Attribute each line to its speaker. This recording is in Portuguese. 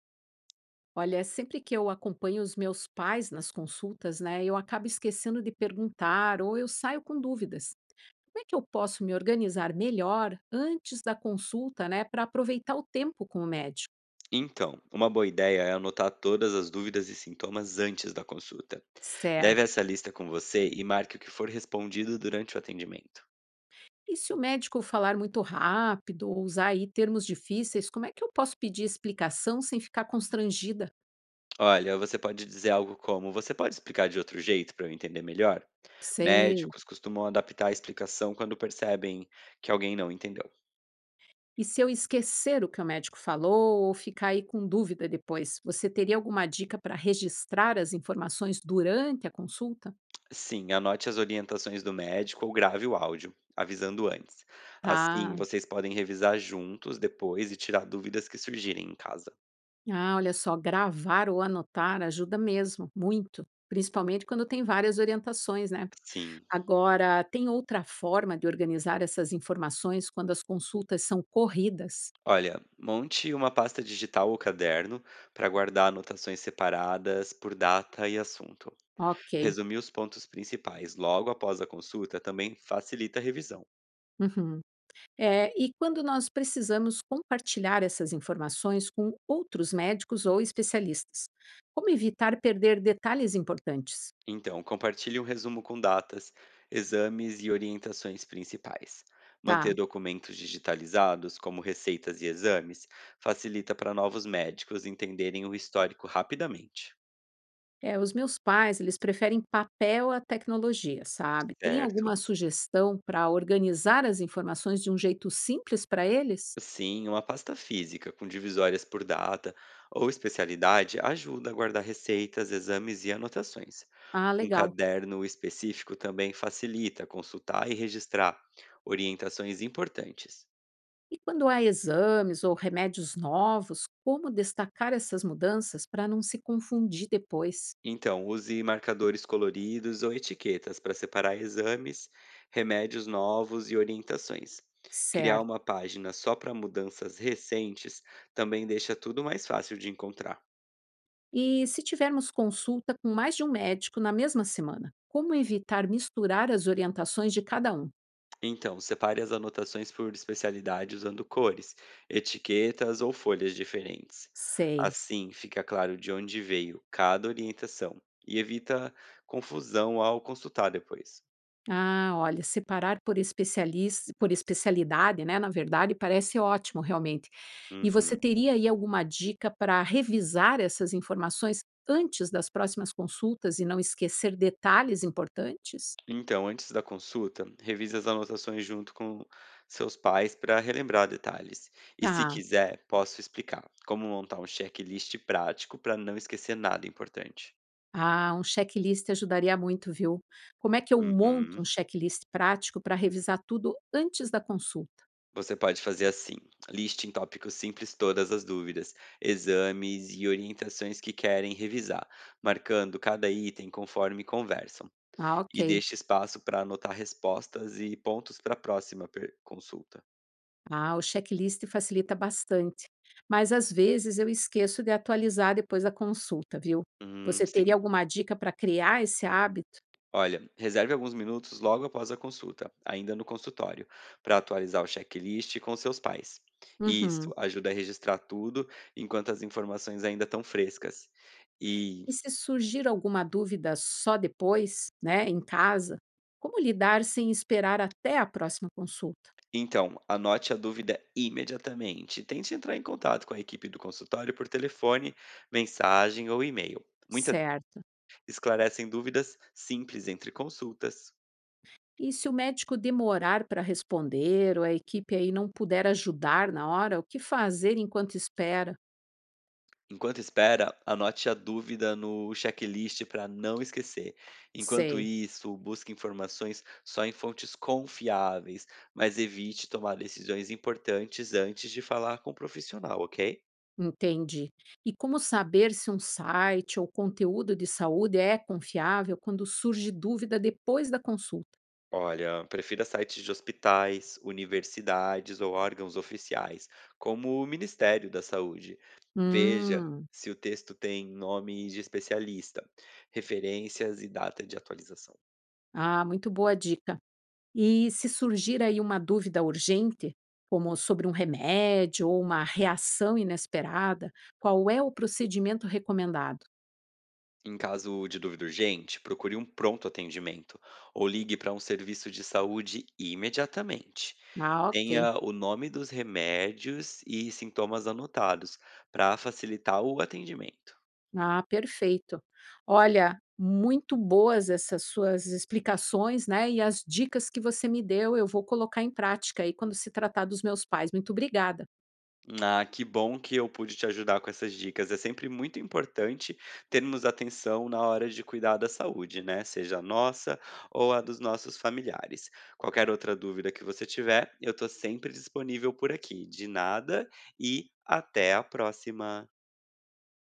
Speaker 1: Olha, sempre que eu acompanho os meus pais nas consultas, né, eu acabo esquecendo de perguntar ou eu saio com dúvidas. Como é que eu posso me organizar melhor antes da consulta, né, para aproveitar o tempo com o médico?
Speaker 2: Então, uma boa ideia é anotar todas as dúvidas e sintomas antes da consulta. Leve
Speaker 1: Certo.
Speaker 2: essa lista com você e marque o que for respondido durante o atendimento.
Speaker 1: E se o médico falar muito rápido ou usar aí termos difíceis, como é que eu posso pedir explicação sem ficar constrangida?
Speaker 2: Olha, você pode dizer algo como: Você pode explicar de outro jeito para eu entender melhor?
Speaker 1: Sei.
Speaker 2: Médicos costumam adaptar a explicação quando percebem que alguém não entendeu.
Speaker 1: E se eu esquecer o que o médico falou ou ficar aí com dúvida depois, você teria alguma dica para registrar as informações durante a consulta?
Speaker 2: Sim, anote as orientações do médico ou grave o áudio, avisando antes. Assim,
Speaker 1: Tá.
Speaker 2: vocês podem revisar juntos depois e tirar dúvidas que surgirem em casa.
Speaker 1: Ah, olha só, gravar ou anotar ajuda mesmo, muito. Principalmente quando tem várias orientações, né?
Speaker 2: Sim.
Speaker 1: Agora, tem outra forma de organizar essas informações quando as consultas são corridas?
Speaker 2: Olha, monte uma pasta digital ou caderno para guardar anotações separadas por data e assunto.
Speaker 1: Ok.
Speaker 2: Resumir os pontos principais logo após a consulta também facilita a revisão.
Speaker 1: Uhum. É, e quando nós precisamos compartilhar essas informações com outros médicos ou especialistas? Como evitar perder detalhes importantes?
Speaker 2: Então, compartilhe um resumo com datas, exames e orientações principais.
Speaker 1: Tá.
Speaker 2: Manter documentos digitalizados, como receitas e exames, facilita para novos médicos entenderem o histórico rapidamente.
Speaker 1: É, os meus pais, eles preferem papel à tecnologia, sabe? Tem alguma
Speaker 2: Certo?
Speaker 1: sugestão para organizar as informações de um jeito simples para eles?
Speaker 2: Sim, uma pasta física com divisórias por data ou especialidade ajuda a guardar receitas, exames e anotações.
Speaker 1: Ah,
Speaker 2: Um
Speaker 1: legal.
Speaker 2: caderno específico também facilita consultar e registrar orientações importantes.
Speaker 1: E quando há exames ou remédios novos, como destacar essas mudanças para não se confundir depois?
Speaker 2: Então, use marcadores coloridos ou etiquetas para separar exames, remédios novos e orientações. Criar
Speaker 1: Certo.
Speaker 2: uma página só para mudanças recentes também deixa tudo mais fácil de encontrar.
Speaker 1: E se tivermos consulta com mais de um médico na mesma semana, como evitar misturar as orientações de cada um?
Speaker 2: Então, separe as anotações por especialidade usando cores, etiquetas ou folhas diferentes.
Speaker 1: Sei.
Speaker 2: Assim, fica claro de onde veio cada orientação e evita confusão ao consultar depois.
Speaker 1: Ah, olha, separar por especialista, por especialidade, né? Na verdade, parece ótimo, realmente. E você
Speaker 2: Uhum.
Speaker 1: teria aí alguma dica para revisar essas informações antes das próximas consultas e não esquecer detalhes importantes?
Speaker 2: Então, antes da consulta, revise as anotações junto com seus pais para relembrar detalhes. E se
Speaker 1: Tá.
Speaker 2: quiser, posso explicar como montar um checklist prático para não esquecer nada importante.
Speaker 1: Ah, um checklist ajudaria muito, viu? Como é que eu monto
Speaker 2: Uhum.
Speaker 1: um checklist prático para revisar tudo antes da consulta?
Speaker 2: Você pode fazer assim: liste em tópicos simples todas as dúvidas, exames e orientações que querem revisar, marcando cada item conforme conversam.
Speaker 1: Ah,
Speaker 2: E
Speaker 1: ok.
Speaker 2: deixe espaço para anotar respostas e pontos para a próxima consulta.
Speaker 1: Ah, o checklist facilita bastante. Mas às vezes eu esqueço de atualizar depois da consulta, viu? Você teria
Speaker 2: Sim.
Speaker 1: alguma dica para criar esse hábito?
Speaker 2: Olha, reserve alguns minutos logo após a consulta, ainda no consultório, para atualizar o checklist com seus pais. E
Speaker 1: Uhum.
Speaker 2: isso ajuda a registrar tudo enquanto as informações ainda estão frescas. E
Speaker 1: E se surgir alguma dúvida só depois, né, em casa, como lidar sem esperar até a próxima consulta?
Speaker 2: Então, anote a dúvida imediatamente. Tente entrar em contato com a equipe do consultório por telefone, mensagem ou e-mail. Muitas
Speaker 1: Certo.
Speaker 2: esclarecem dúvidas simples entre consultas.
Speaker 1: E se o médico demorar para responder ou a equipe aí não puder ajudar na hora, o que fazer enquanto espera?
Speaker 2: Enquanto espera, anote a dúvida no checklist para não esquecer. Enquanto
Speaker 1: Sei.
Speaker 2: isso, busque informações só em fontes confiáveis, mas evite tomar decisões importantes antes de falar com o profissional, ok?
Speaker 1: Entendi. E como saber se um site ou conteúdo de saúde é confiável quando surge dúvida depois da consulta?
Speaker 2: Olha, prefira sites de hospitais, universidades ou órgãos oficiais, como o Ministério da Saúde. Veja
Speaker 1: Hum,
Speaker 2: se o texto tem nome de especialista, referências e data de atualização.
Speaker 1: ah, muito boa dica. E se surgir aí uma dúvida urgente, como sobre um remédio ou uma reação inesperada, qual é o procedimento recomendado?
Speaker 2: Em caso de dúvida urgente, procure um pronto atendimento ou ligue para um serviço de saúde imediatamente.
Speaker 1: Ah, ok.
Speaker 2: Tenha o nome dos remédios e sintomas anotados para facilitar o atendimento.
Speaker 1: Ah, perfeito. Olha, muito boas essas suas explicações, né? E as dicas que você me deu, eu vou colocar em prática aí quando se tratar dos meus pais. Muito obrigada.
Speaker 2: Ah, que bom que eu pude te ajudar com essas dicas. É sempre muito importante termos atenção na hora de cuidar da saúde, né? Seja a nossa ou a dos nossos familiares. Qualquer outra dúvida que você tiver, eu estou sempre disponível por aqui. De nada e até a próxima.